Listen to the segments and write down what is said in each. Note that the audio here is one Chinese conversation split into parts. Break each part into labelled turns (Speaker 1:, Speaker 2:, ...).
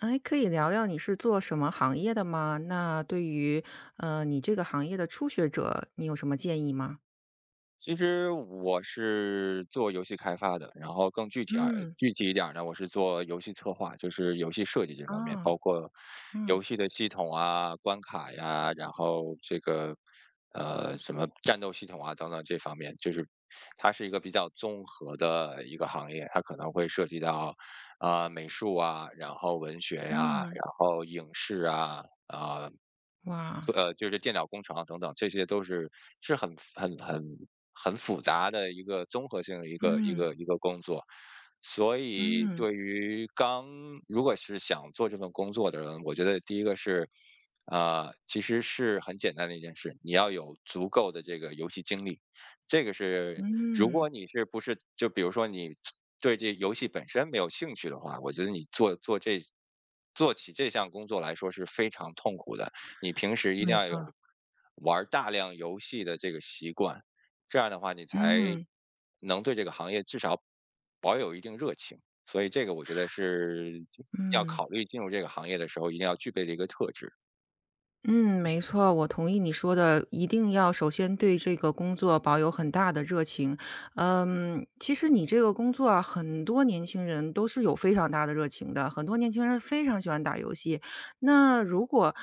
Speaker 1: 哎，可以聊聊你是做什么行业的吗？那对于，你这个行业的初学者，你有什么建议吗？
Speaker 2: 其实我是做游戏开发的，然后更具体啊，
Speaker 1: 嗯，
Speaker 2: 具体一点儿呢，我是做游戏策划，就是游戏设计这方面，包
Speaker 1: 啊，
Speaker 2: 括
Speaker 1: 嗯，
Speaker 2: 游戏的系统啊、关卡呀，然后这个呃什么战斗系统啊等等这方面，就是它是一个比较综合的一个行业，它可能会涉及到啊、美术啊，然后文学呀、
Speaker 1: 嗯，
Speaker 2: 然后影视啊，
Speaker 1: 哇，
Speaker 2: 就是电脑工程啊等等，这些都是是很很很很复杂的一个综合性的一个一
Speaker 1: 嗯，
Speaker 2: 个一个工作。所以
Speaker 1: 嗯，
Speaker 2: 对于如果是想做这份工作的人，我觉得第一个是，啊，其实是很简单的一件事，你要有足够的这个游戏经历。这个是如果
Speaker 1: 嗯，
Speaker 2: 你就比如说你对这游戏本身没有兴趣的话，我觉得你做起这项工作来说是非常痛苦的。你平时一定
Speaker 1: 没
Speaker 2: 要
Speaker 1: 错，
Speaker 2: 有玩儿大量游戏的这个习惯，这样的话你才
Speaker 1: 嗯，
Speaker 2: 能对这个行业至少保有一定热情。所以这个我觉得是要
Speaker 1: 嗯。
Speaker 2: 考虑进入这个行业的时候一定要具备的一个特质。
Speaker 1: 嗯，没错，我同意你说的，一定要首先对这个工作保有很大的热情。嗯，其实你这个工作啊，很多年轻人都是有非常大的热情的，很多年轻人非常喜欢打游戏。那如果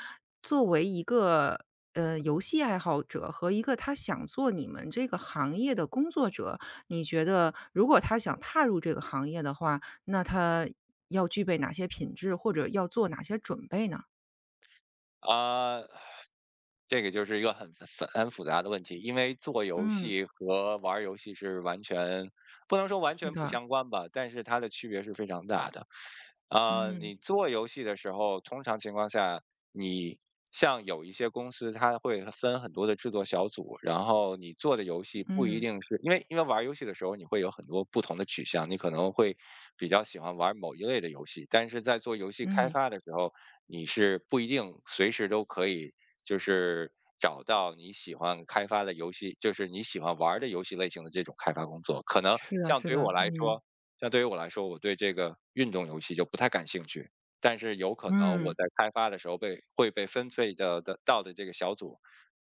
Speaker 1: 作为一个游戏爱好者和一个他想做你们这个行业的工作者，你觉得如果他想踏入这个行业的话，那他要具备哪些品质，或者要做哪些准备呢？
Speaker 2: 啊。这个就是一个很复杂的问题，因为做游
Speaker 1: 嗯，
Speaker 2: 戏和玩儿游戏是不能说完
Speaker 1: 是
Speaker 2: 全不
Speaker 1: 的。
Speaker 2: 相关吧，但是它的区别是非常大的。
Speaker 1: 嗯，
Speaker 2: 你做游戏的时候，通常情况下，你像有一些公司，它会分很多的制作小组，然后你做的游戏不一
Speaker 1: 嗯，
Speaker 2: 定是因为玩儿游戏的时候，你会有很多不同的取向，你可能会比较喜欢玩儿某一类的游戏，但是在做游戏开
Speaker 1: 嗯，
Speaker 2: 发的时候，你是不一定随时都可以就是找到你喜欢开发的游戏，就是你喜欢玩儿的游戏类型的这种开发工作，可能
Speaker 1: 是的
Speaker 2: 像
Speaker 1: 是
Speaker 2: 对于
Speaker 1: 的，
Speaker 2: 我来
Speaker 1: 嗯，
Speaker 2: 说。像对于我来说，我对这个运动游戏就不太感兴趣，但是有可能我
Speaker 1: 嗯，
Speaker 2: 在开发的时候会被分配到的这个小组，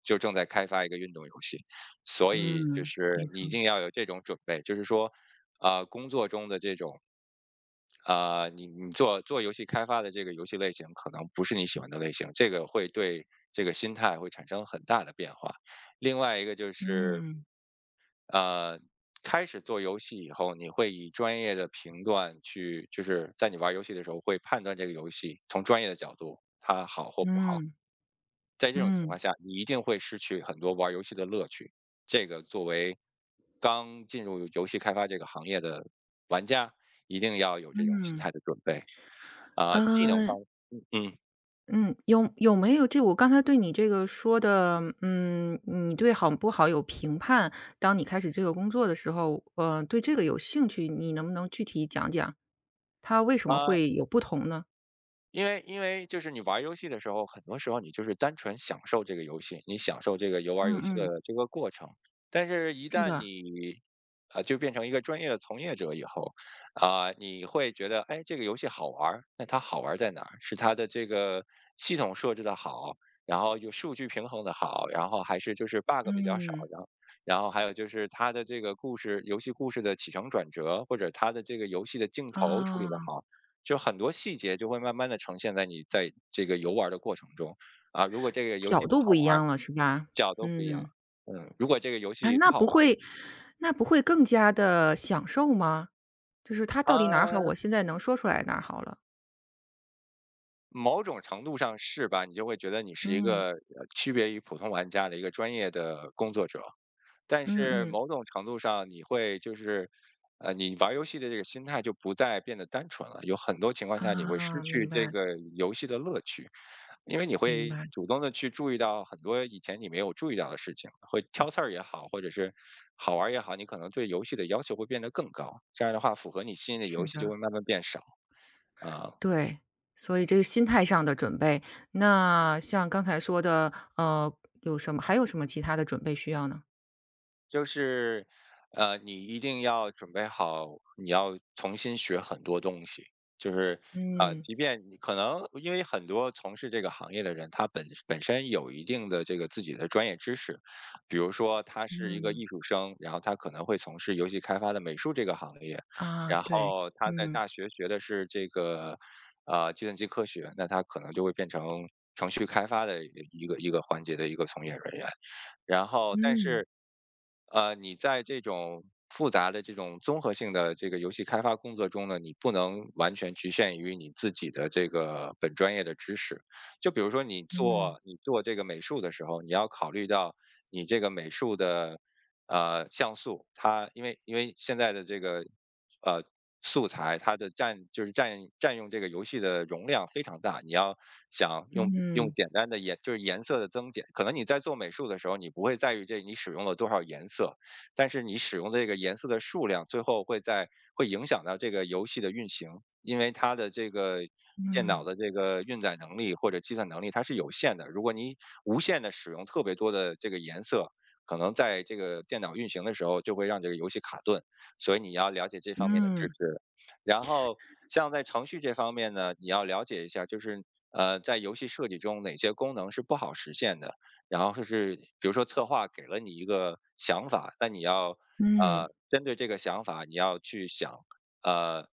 Speaker 2: 就正在开发一个运动游戏，所以就
Speaker 1: 嗯，没
Speaker 2: 是你一
Speaker 1: 错，
Speaker 2: 定要有这种准备，就是说，啊、工作中的这种，你做游戏开发的这个游戏类型可能不是你喜欢的类型，这个这个心态会产生很大的变化。另外一个就是
Speaker 1: 嗯，
Speaker 2: 呃，开始做游戏以后，你会以专业的评断去，就是在你玩游戏的时候会判断这个游戏，从专业的角度它好或不好。
Speaker 1: 嗯，
Speaker 2: 在这种情况
Speaker 1: 嗯，
Speaker 2: 下，你一定会失去很多玩游戏的乐趣。这个作为刚进入游戏开发这个行业的玩家，一定要有这种心
Speaker 1: 嗯，
Speaker 2: 态的准备。啊、技能方，
Speaker 1: 嗯
Speaker 2: 嗯嗯，
Speaker 1: 嗯，有没有这我刚才对你这个说的，嗯，你对好不好有评判，当你开始这个工作的时候，对这个有兴趣，你能不能具体讲讲，它为什么
Speaker 2: 啊
Speaker 1: 会有不同呢？
Speaker 2: 因为就是你玩儿游戏的时候，很多时候你就是单纯享受这个游戏，你享受这个游玩
Speaker 1: 嗯
Speaker 2: 儿游戏的
Speaker 1: 嗯，
Speaker 2: 这个过程。但是，一
Speaker 1: 是
Speaker 2: 旦
Speaker 1: 的，
Speaker 2: 你就变成一个专业的从业者以后，啊、你会觉得，哎，这个游戏好玩儿，那它好玩儿在哪儿？是它的这个系统设置的好，然后有数据平衡的好，还是 bug 比较少，
Speaker 1: 嗯，
Speaker 2: 然后还有就是它的这个故事，游戏故事的起承转折，或者它的这个游戏的镜头处理的
Speaker 1: 啊，
Speaker 2: 好。就很多细节就会慢慢的呈现在你在这个游玩儿的过程中。啊，如果这个游
Speaker 1: 角
Speaker 2: 戏不
Speaker 1: 度
Speaker 2: 好
Speaker 1: 不一
Speaker 2: 玩儿，
Speaker 1: 样了是吧？
Speaker 2: 角度不一样。
Speaker 1: 嗯。
Speaker 2: 嗯，如果这个游
Speaker 1: 啊，
Speaker 2: 戏不
Speaker 1: 那
Speaker 2: 好
Speaker 1: 不
Speaker 2: 玩
Speaker 1: 会那不会更加的享受吗？就是他
Speaker 2: 儿
Speaker 1: 到底哪儿
Speaker 2: 啊，它
Speaker 1: 好，我现在能说出来哪儿好了。
Speaker 2: 某种程度上是吧，你就会觉得你是一
Speaker 1: 嗯，
Speaker 2: 个，区别于普通玩家的一个专业的工作者。但
Speaker 1: 嗯
Speaker 2: 是
Speaker 1: 嗯，
Speaker 2: 某种程度上，你会就是，你玩儿游戏的这个心态就不再变得单纯了。有很多情况下，你会失
Speaker 1: 啊，
Speaker 2: 去
Speaker 1: 明
Speaker 2: 这
Speaker 1: 白
Speaker 2: 个游戏的乐趣，因为你
Speaker 1: 明
Speaker 2: 会
Speaker 1: 白，
Speaker 2: 主动的去注意到很多以前你没有注意到的事情，会挑刺儿也好，或者是好玩儿也好，你可能对游戏的要求会变得更高。这样的话，符合你心里的游
Speaker 1: 是
Speaker 2: 戏就
Speaker 1: 的，
Speaker 2: 会慢慢变少。啊、
Speaker 1: 对。所以这个心态上的准备，那像刚才说的，有什么还有什么其他的准备需要呢？
Speaker 2: 就是，你一定要准备好，你要重新学很多东西。就是，
Speaker 1: 嗯，
Speaker 2: 即便你可能因为很多从事这个行业的人，他本身有一定的这个自己的专业知识，比如说他是一个
Speaker 1: 嗯，
Speaker 2: 艺术生，然后他可能会从事游戏开发的美术这个行业，
Speaker 1: 啊，
Speaker 2: 然
Speaker 1: 对，
Speaker 2: 后他在
Speaker 1: 嗯，
Speaker 2: 大学学的是这个，计算机科学，那他可能就会变成程序开发的一个环节的一个从业人员。然后但
Speaker 1: 嗯，
Speaker 2: 是，你在这种复杂的这种综合性的这个游戏开发工作中呢，你不能完全局限于你自己的这个本专业的知识。就比如说你
Speaker 1: 嗯，
Speaker 2: 做你做这个美术的时候，你要考虑到你这个美术的像素，它因为现在的这个呃，素材，它的占就是占占用这个游戏的容量非常大。你要想用
Speaker 1: 嗯，
Speaker 2: 简单的颜就是颜色的增减，可能你在做美术的时候，你不会在意这你使用了多少颜色，但是你使用的这个颜色的数量，最后会影响到这个游戏的运行，因为它的这个电脑
Speaker 1: 嗯，
Speaker 2: 的这个运载能力或者计算能力它是有限的。如果你无限的使用特别多的这个颜色，可能在这个电脑运行的时候，就会让这个游戏卡顿。所以你要了解这方面的知
Speaker 1: 嗯，嗯，
Speaker 2: 识。然后像在程序这方面呢，你要了解一下，就是在游戏设计中哪些功能是不好实现的，然后就是比如说策划给了你一个想法，那你要
Speaker 1: 嗯
Speaker 2: 针对这个想法，你要去想呃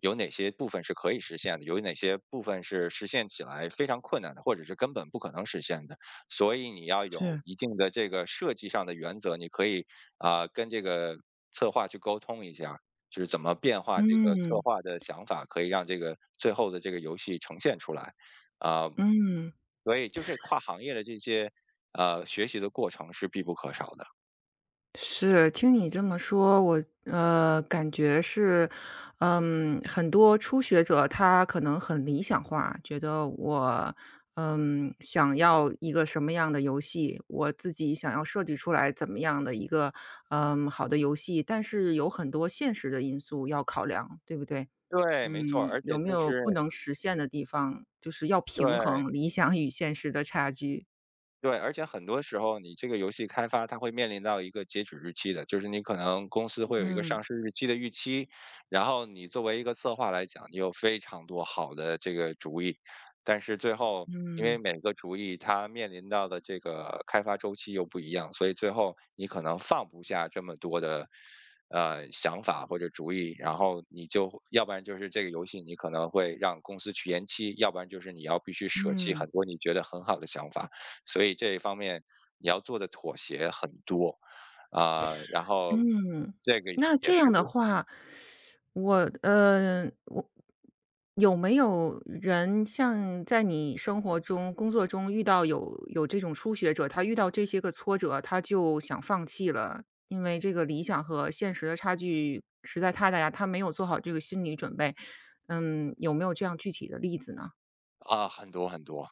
Speaker 2: 有哪些部分是可以实现的，有哪些部分是实现起来非常困难的，或者是根本不可能实现的。所以你要有
Speaker 1: 是，
Speaker 2: 一定的这个设计上的原则，你可以跟这个策划去沟通一下，就是怎么变化这个策
Speaker 1: 嗯，
Speaker 2: 划的想法，可以让这个最后的这个游戏呈现出来。啊、
Speaker 1: 嗯。
Speaker 2: 所以就是跨行业的这些学习的过程是必不可少的。
Speaker 1: 是，听你这么说，我感觉是，嗯，很多初学者他可能很理想化，觉得我，嗯，想要一个什么样的游戏，我自己想要设计出来怎么样的一个，嗯，好的游戏，但是有很多现实的因素要考量，对不对？
Speaker 2: 对，没错，
Speaker 1: 嗯，
Speaker 2: 而且
Speaker 1: 有没
Speaker 2: 就
Speaker 1: 有不
Speaker 2: 是
Speaker 1: 能实现的地方，就是要平
Speaker 2: 对，
Speaker 1: 衡理想与现实的差距。
Speaker 2: 对，而且很多时候你这个游戏开发它会面临到一个截止日期的，就是你可能公司会有一个
Speaker 1: 嗯
Speaker 2: 上市日期的预期，然后你作为一个策划来讲，你有非常多好的这个主意，但是最后因为
Speaker 1: 嗯
Speaker 2: 每个主意它面临到的这个开发周期又不一样，所以最后你可能放不下这么多的想法或者主意，然后你就要不然就是这个游戏你可能会让公司去延期，要不然就是你要必须舍弃
Speaker 1: 嗯。
Speaker 2: 很多你觉得很好的想法。所以这一方面你要做的妥协很多，啊，然后
Speaker 1: 嗯，
Speaker 2: 这个
Speaker 1: 那
Speaker 2: 也
Speaker 1: 这
Speaker 2: 是。
Speaker 1: 样的话，我我有没有人像在你生活中、工作中遇到有这种初学者，他遇到这些个挫折，他就想放弃了，因为这个理想和现实的差距实在太大呀，他没有做好这个心理准备。嗯，有没有这样具体的例子呢？
Speaker 2: 啊，很多很多。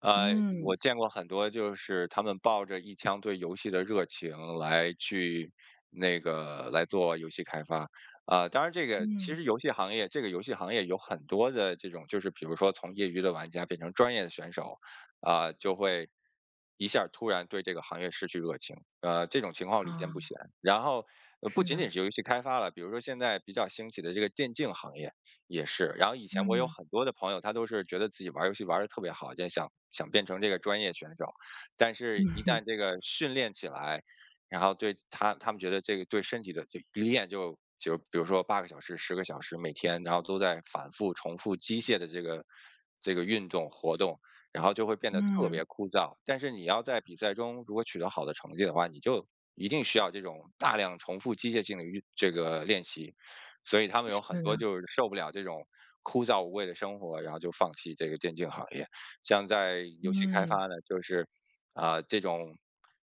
Speaker 1: 嗯
Speaker 2: 我见过很多，就是他们抱着一腔对游戏的热情来去那个来做游戏开发。啊、当然这个其
Speaker 1: 嗯，
Speaker 2: 实游戏行业，这个游戏行业有很多的这种，就是比如说从业余的玩家变成专业的选手，啊、就会一下儿突然对这个行业失去热情。这种情况屡见不
Speaker 1: 啊，
Speaker 2: 鲜。然后，不
Speaker 1: 是
Speaker 2: 仅
Speaker 1: 的，
Speaker 2: 仅是游戏开发了，比如说现在比较兴起的这个电竞行业。也是，然后以前我有
Speaker 1: 嗯
Speaker 2: 很多的朋友，他都是觉得自己玩儿游戏玩的特别好，就想变成这个专业选手。但是一旦这 个训练起来，然后对他们觉得这个对身体的就一练比如说八个小时、十个小时每天，然后都在反复重复机械的这个运动活动，然后就会变得特别
Speaker 1: 嗯，
Speaker 2: 枯燥。但是你要在比赛中如果取得好的成绩的话，你就一定需要这种大量重复机械性的运这个练习。所以他们有
Speaker 1: 是
Speaker 2: 很多就
Speaker 1: 的，
Speaker 2: 是受不了这种枯燥无味的生活，然后就放弃这个电竞行业。像在游戏开发
Speaker 1: 嗯
Speaker 2: 呢，就是这种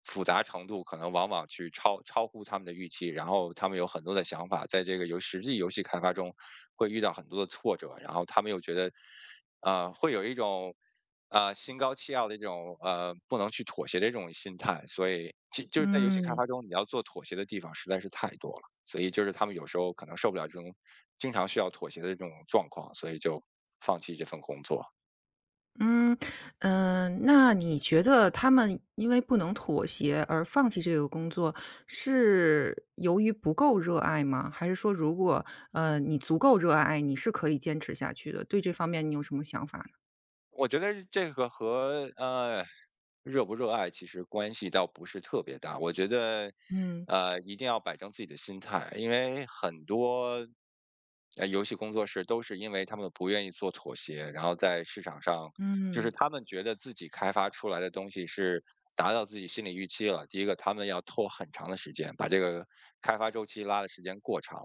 Speaker 2: 复杂程度可能往往去超乎他们的预期，然后他们有很多的想法，在这个实际游戏开发中会遇到很多的挫折，然后他们又觉得会有一种。心高气傲的这种不能去妥协的这种心态，所以就是在游戏开
Speaker 1: 嗯。
Speaker 2: 发中，你要做妥协的地方实在是太多了。所以就是他们有时候可能受不了这种经常需要妥协的这种状况，所以就放弃这份工作。
Speaker 1: 嗯，嗯，那你觉得他们因为不能妥协而放弃这个工作，是由于不够热爱吗？还是说如果，你足够热爱，你是可以坚持下去的？对这方面你有什么想法呢？
Speaker 2: 我觉得这个和热不热爱其实关系倒不是特别大。我觉得
Speaker 1: 嗯，
Speaker 2: 一定要摆正自己的心态，因为很多游戏工作室都是因为他们不愿意做妥协，然后在市场上就是
Speaker 1: 嗯，
Speaker 2: 他们觉得自己开发出来的东西是达到自己心理预期了。第一个，他们要拖很长的时间，把这个开发周期拉的时间过长。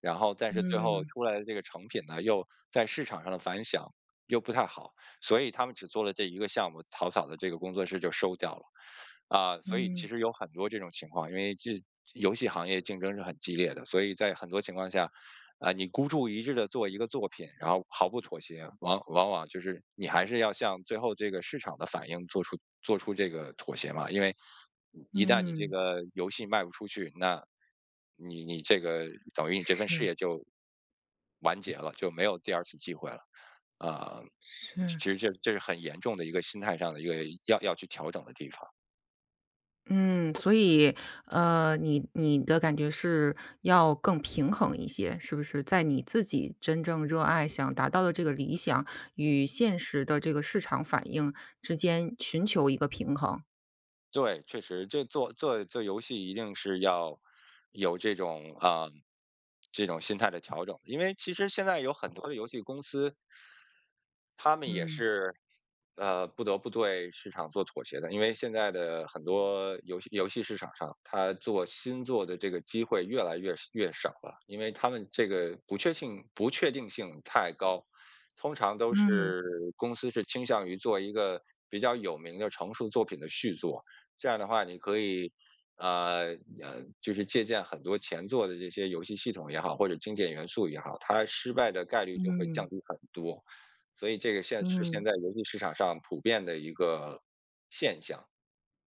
Speaker 2: 然后，但是最后
Speaker 1: 嗯，
Speaker 2: 出来的这个成品呢，又在市场上的反响又不太好，所以他们只做了这一个项目，草草的这个工作室就收掉了。啊，所以其
Speaker 1: 嗯，
Speaker 2: 实有很多这种情况，因为这游戏行业竞争是很激烈的，所以在很多情况下，啊，你孤注一掷的做一个作品，然后毫不妥协，往往就是你还是要向最后这个市场的反应做出这个妥协嘛，因为一旦你这
Speaker 1: 嗯，
Speaker 2: 个游戏卖不出去，那你这个等于你这份事
Speaker 1: 是，
Speaker 2: 业就完结了，就没有第二次机会了。啊，
Speaker 1: 是。
Speaker 2: 其实这是很严重的一个心态上的一个要去调整的地方。
Speaker 1: 嗯，所以，你的感觉是要更平衡一些，是不是？在你自己真正热爱、想达到的这个理想与现实的这个市场反应之间寻求一个平衡。
Speaker 2: 对，确实，这做游戏一定是要有这种这种心态的调整，因为其实现在有很多的游戏公司，他们也
Speaker 1: 嗯
Speaker 2: 是，呃，不得不对市场做妥协的，因为现在的很多游戏市场上，他做新作的这个机会越来越少了，因为他们这个不确定性太高，通常都
Speaker 1: 嗯
Speaker 2: 是公司是倾向于做一个比较有名的成熟作品的续作，这样的话你可以。呃就是借鉴很多前作的这些游戏系统也好，或者经典元素也好，它失败的概率就会降
Speaker 1: 嗯
Speaker 2: 低很多。所以这个现
Speaker 1: 嗯。
Speaker 2: 在游戏市场上普遍的一个现象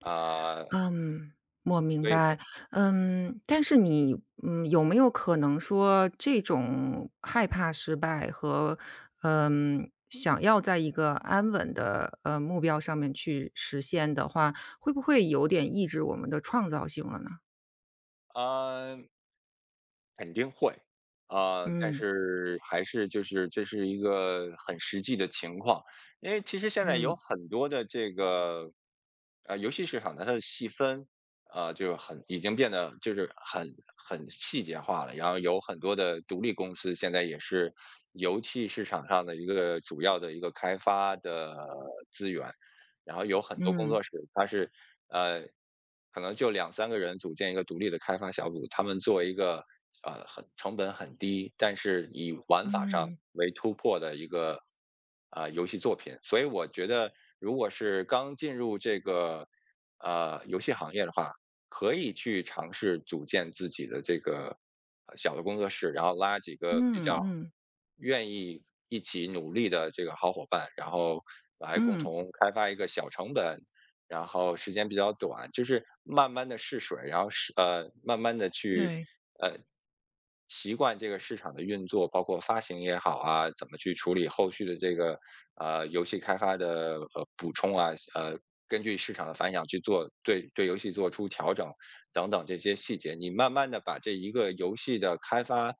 Speaker 2: 啊，
Speaker 1: 嗯，我明
Speaker 2: 所以
Speaker 1: 白。嗯，但是你，有没有可能说这种害怕失败和，想要在一个安稳的，目标上面去实现的话，会不会有点抑制我们的创造性了呢？
Speaker 2: 啊，肯定会啊，但
Speaker 1: 嗯，
Speaker 2: 是还是就是这是一个很实际的情况，因为其实现在有
Speaker 1: 嗯，
Speaker 2: 很多的这个游戏市场的它的细分就很已经变得就是很细节化了，然后有很多的独立公司现在也是游戏市场上的一个主要的一个开发的资源。然后有很多工作
Speaker 1: 嗯，
Speaker 2: 室，它是呃，可能就两三个人组建一个独立的开发小组，他们做一个很成本很低，但是以玩法上
Speaker 1: 嗯，
Speaker 2: 为突破的一个游戏作品。所以我觉得，如果是刚进入这个游戏行业的话，可以去尝试组建自己的这个小的工作室，然后拉几个比
Speaker 1: 嗯，
Speaker 2: 较
Speaker 1: 嗯，
Speaker 2: 愿意一起努力的这个好伙伴，然后来共
Speaker 1: 嗯，
Speaker 2: 同开发一个小成本然后时间比较短，就是慢慢的试水，然后慢慢的去，
Speaker 1: 对，
Speaker 2: 呃，习惯这个市场的运作，包括发行也好啊，怎么去处理后续的这个，游戏开发的，补充啊，根据市场的反响去做对游戏做出调整等等这些细节。你慢慢的把这一个游戏的开发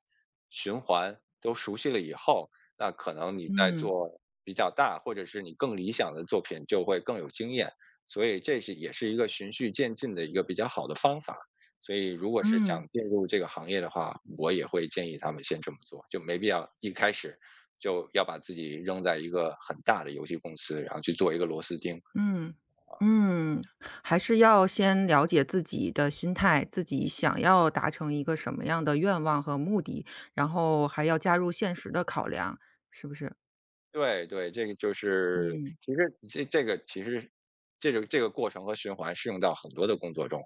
Speaker 2: 循环都熟悉了以后，那可能你在
Speaker 1: 嗯，
Speaker 2: 做比较大，或者是你更理想的作品就会更有经验。所以这是也是一个循序渐进的一个比较好的方法。所以如果是
Speaker 1: 嗯。
Speaker 2: 想进入这个行业的话，我也会建议他们先这么做，就没必要一开始就要把自己扔在一个很大的游戏公司，然后去做一个螺丝钉。
Speaker 1: 嗯，嗯，还是要先了解自己的心态，自己想要达成一个什么样的愿望和目的，然后还要加入现实的考量，是不是？
Speaker 2: 对对，这个就是
Speaker 1: 嗯，
Speaker 2: 其实这个其实这个过程和循环适用到很多的工作中。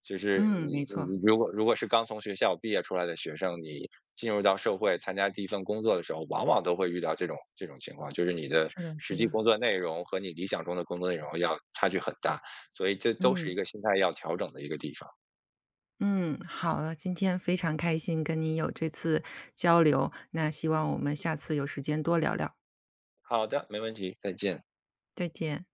Speaker 2: 就是
Speaker 1: 嗯，
Speaker 2: 你
Speaker 1: 没错，
Speaker 2: 你如果是刚从学校毕业出来的学生，你进入到社会参加第一份工作的时候，往往都会遇到这种情况，就是你的
Speaker 1: 是的，
Speaker 2: 实
Speaker 1: 是
Speaker 2: 际
Speaker 1: 的，
Speaker 2: 工作内容和你理想中的工作内容要差距很大，所以这都是一
Speaker 1: 嗯，
Speaker 2: 个心态要调整的一个地方。
Speaker 1: 嗯，好了，今天非常开心跟你有这次交流，那希望我们下次有时间多聊聊，
Speaker 2: 好的，没问题，再见。
Speaker 1: 再见。